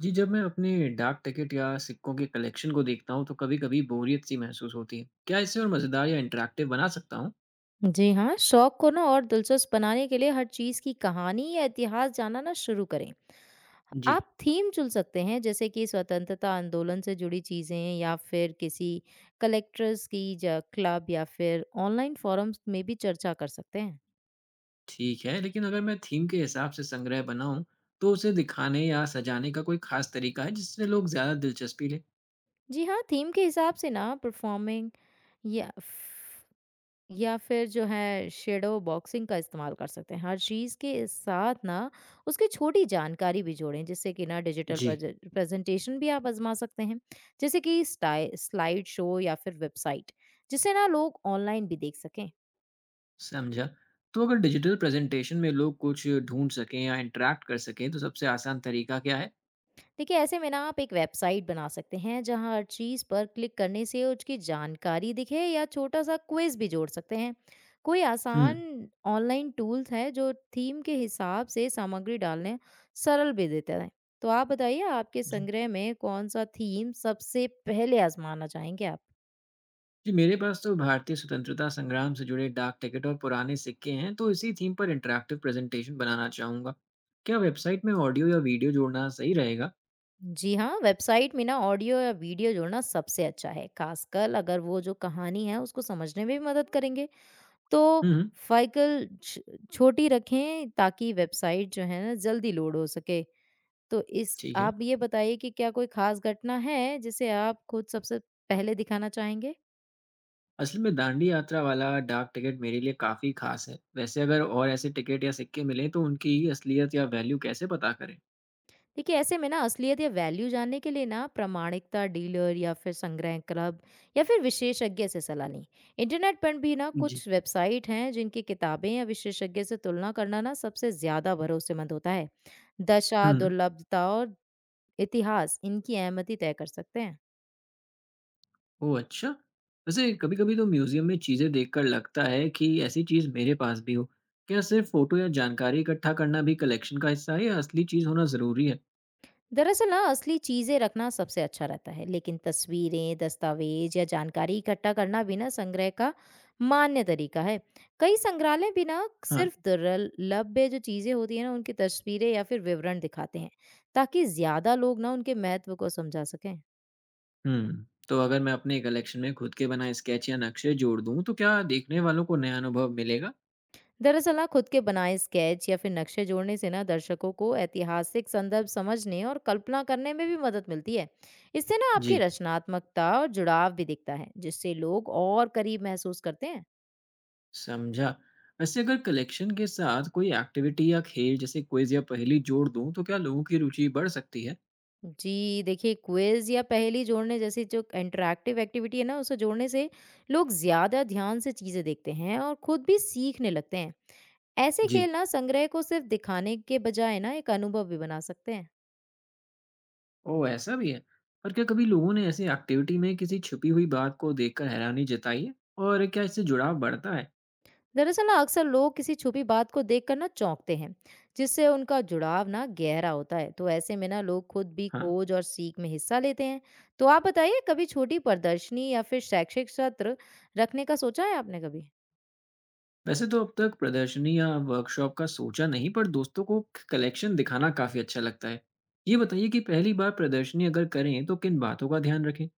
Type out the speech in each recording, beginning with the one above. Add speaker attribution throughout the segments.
Speaker 1: जी, जब मैं अपने डाक टिकट या सिक्कों के कलेक्शन को देखता हूँ तो कभी-कभी बोरियत सी महसूस होती है। क्या इसे और मज़ेदार या इंटरैक्टिव बना सकता हूँ?
Speaker 2: जी हाँ, शौक को ना और दिलचस्प बनाने के लिए हर चीज की कहानी या इतिहास जानना ना शुरू करें।
Speaker 1: जी,
Speaker 2: आप थीम चुन सकते हैं, जैसे कि स्वतंत्रता आंदोलन से जुड़ी चीजें या फिर किसी कलेक्टर्स की या क्लब या फिर ऑनलाइन फोरम्स में भी चर्चा कर सकते हैं।
Speaker 1: ठीक है, लेकिन अगर मैं थीम के हिसाब से संग्रह बनाऊँ, तो उसे दिखाने या सजाने का कोई ख़ास तरीका है जिससे लोग ज़्यादा दिलचस्पी लें?
Speaker 2: जी हाँ, थीम के हिसाब से ना परफॉर्मिंग या या फिर जो है शैडो बॉक्सिंग का इस्तेमाल कर सकते हैं। हर चीज़ के साथ ना उसकी छोटी जानकारी भी जोड़ें, जिससे कि ना डिजिटल
Speaker 1: जी,
Speaker 2: प्रज प्रेज़ेंटेशन भी आप आज़मा सकते हैं। जैसे कि स्टाइ स्लाइड शो या फिर वेबसाइट, जिसे ना लोग ऑनलाइन भी देख सकें।
Speaker 1: समझा। तो अगर डिजिटल प्रेज़ेंटेशन में लोग कुछ ढूँढ सकें या इंटरैक्ट कर सकें, तो सबसे आसान तरीका क्या है?
Speaker 2: देखिए, ऐसे में ना आप एक वेबसाइट बना सकते हैं, जहां हर चीज पर क्लिक करने से उसकी जानकारी दिखे या छोटा सा क्विज भी जोड़ सकते हैं। कोई
Speaker 1: हुँ,
Speaker 2: आसान ऑनलाइन टूल्स है जो थीम के हिसाब से सामग्री डालने सरल भी देते हैं। तो आप बताइए, आपके
Speaker 1: जी।
Speaker 2: संग्रह में कौन सा थीम सबसे पहले आजमाना चाहेंगे आप।
Speaker 1: जी, मेरे पास तो भारतीय स्वतंत्रता संग्राम से जुड़े डाक टिकट और पुराने सिक्के हैं, तो इसी थीम पर इंटरैक्टिव प्रेजेंटेशन बनाना चाहूँगा। क्या वेबसाइट में ऑडियो या वीडियो जोड़ना सही रहेगा?
Speaker 2: जी हाँ, वेबसाइट में ना ऑडियो या वीडियो जोड़ना सबसे अच्छा है, खासकर अगर वो जो कहानी है उसको समझने में भी मदद करेंगे। तो
Speaker 1: हुँ, हुँ,
Speaker 2: फ़ाइकल छ छोटी रखें, ताकि वेबसाइट जो है ना जल्दी लोड हो सके। तो इस
Speaker 1: ठीक है।
Speaker 2: आप ये बताइए कि क्या कोई ख़ास घटना है जिसे आप खुद सबसे पहले दिखाना चाहेंगे?
Speaker 1: असल में दांडी यात्रा वाला डाक टिकट मेरे लिए काफ़ी खास है। वैसे अगर और ऐसे टिकट या सिक्के मिलें, तो उनकी असलियत या वैल्यू कैसे पता करें?
Speaker 2: देखिए, ऐसे में ना असलियत या वैल्यू जानने के लिए ना प्रामाणिकता डीलर या फिर संग्रह क्लब या फिर विशेषज्ञ से सलाह लें। इंटरनेट पर भी ना
Speaker 1: जी।
Speaker 2: कुछ वेबसाइट हैं, जिनकी किताबें या विशेषज्ञ से तुलना करना ना सबसे ज़्यादा भरोसेमंद होता है।
Speaker 1: हुँ,
Speaker 2: दशा,
Speaker 1: हुँ।
Speaker 2: दुर्लभता और इतिहास इनकी अहमियत ही तय कर सकते हैं।
Speaker 1: ओह! अच्छा। वैसे कभी-कभी तो म्यूज़ियम में चीज़ें देखकर लगता है कि ऐसी चीज़ मेरे पास भी हो। क्या सिर्फ़ फ़ोटो या जानकारी इकट्ठा करना भी कलेक्शन का हिस्सा है या असली चीज़ होना ज़रूरी है?
Speaker 2: दरअसल ना असली चीजें रखना सबसे अच्छा रहता है, लेकिन तस्वीरें, दस्तावेज या जानकारी इकट्ठा करना भी ना संग्रह का मान्य तरीका है। कई संग्रहालय भी ना
Speaker 1: हाँ।
Speaker 2: सिर्फ दुर्लभ जो चीजें होती है ना, उनकी तस्वीरें या फिर विवरण दिखाते हैं, ताकि ज्यादा लोग ना उनके महत्व को समझा सकें।
Speaker 1: हुँ। तो अगर मैं अपने कलेक्शन में खुद के बनाए स्केच या नक्शे जोड़ दूँ तो क्या देखने वालों को नया अनुभव मिलेगा?
Speaker 2: दरअसल ना खुद के बनाए स्केच या फिर नक्शे जोड़ने से ना दर्शकों को ऐतिहासिक संदर्भ समझने और कल्पना करने में भी मदद मिलती है। इससे ना आपकी
Speaker 1: जी,
Speaker 2: रचनात्मकता और जुड़ाव भी दिखता है, जिससे लोग और करीब महसूस करते हैं।
Speaker 1: समझा। वैसे अगर कलेक्शन के साथ कोई एक्टिविटी या खेल जैसे क्विज़ या पहेली जोड़ दूँ तो क्या लोगों की रुचि बढ़ सकती है?
Speaker 2: जी, देखिए, क्विज या पहेली जोड़ने जैसी जो इंटरेक्टिव एक्टिविटी है ना, उसे जोड़ने से लोग ज्यादा ध्यान से चीजें देखते हैं और खुद भी सीखने लगते हैं। ऐसे
Speaker 1: जी।
Speaker 2: खेल ना संग्रह को सिर्फ दिखाने के बजाय ना एक अनुभव भी बना सकते हैं।
Speaker 1: ओह! ऐसा भी है। पर क्या कभी लोगों ने ऐसी एक्टिविटी में किसी छुपी हुई बात को देखकर हैरानी जताई है? और क्या इससे जुड़ाव बढ़ता है?
Speaker 2: दरअसल ना अक्सर लोग किसी छुपी बात को देखकर ना चौंकते हैं, जिससे उनका जुड़ाव ना गहरा होता है। तो ऐसे में ना लोग खुद भी
Speaker 1: हाँ,
Speaker 2: खोज और सीख में हिस्सा लेते हैं। तो आप बताइए, कभी छोटी प्रदर्शनी या फिर शैक्षिक सत्र रखने का सोचा है आपने कभी?
Speaker 1: वैसे तो अब तक प्रदर्शनी या वर्कशॉप का सोचा नहीं पर दोस्तों को क कलेक्शन दिखाना काफ़ी अच्छा लगता है। ये बताइए कि पहली बार प्रदर्शनी अगर करें तो किन बातों का ध्यान रखें?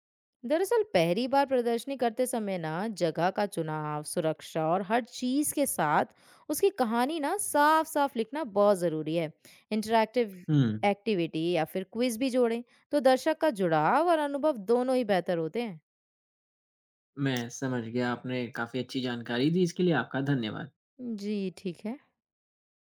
Speaker 2: दरअसल पहली बार प्रदर्शनी करते समय ना जगह का चुनाव, सुरक्षा और हर चीज के साथ उसकी कहानी ना साफ साफ लिखना बहुत जरूरी है। इंटरैक्टिव
Speaker 1: हुँ,
Speaker 2: एक्टिविटी या फिर क्विज भी जोड़ें, तो दर्शक का जुड़ाव और अनुभव दोनों ही बेहतर होते हैं।
Speaker 1: मैं समझ गया आपने काफ़ी अच्छी जानकारी दी इसके लिए आपका धन्यवाद।
Speaker 2: जी, ठीक है।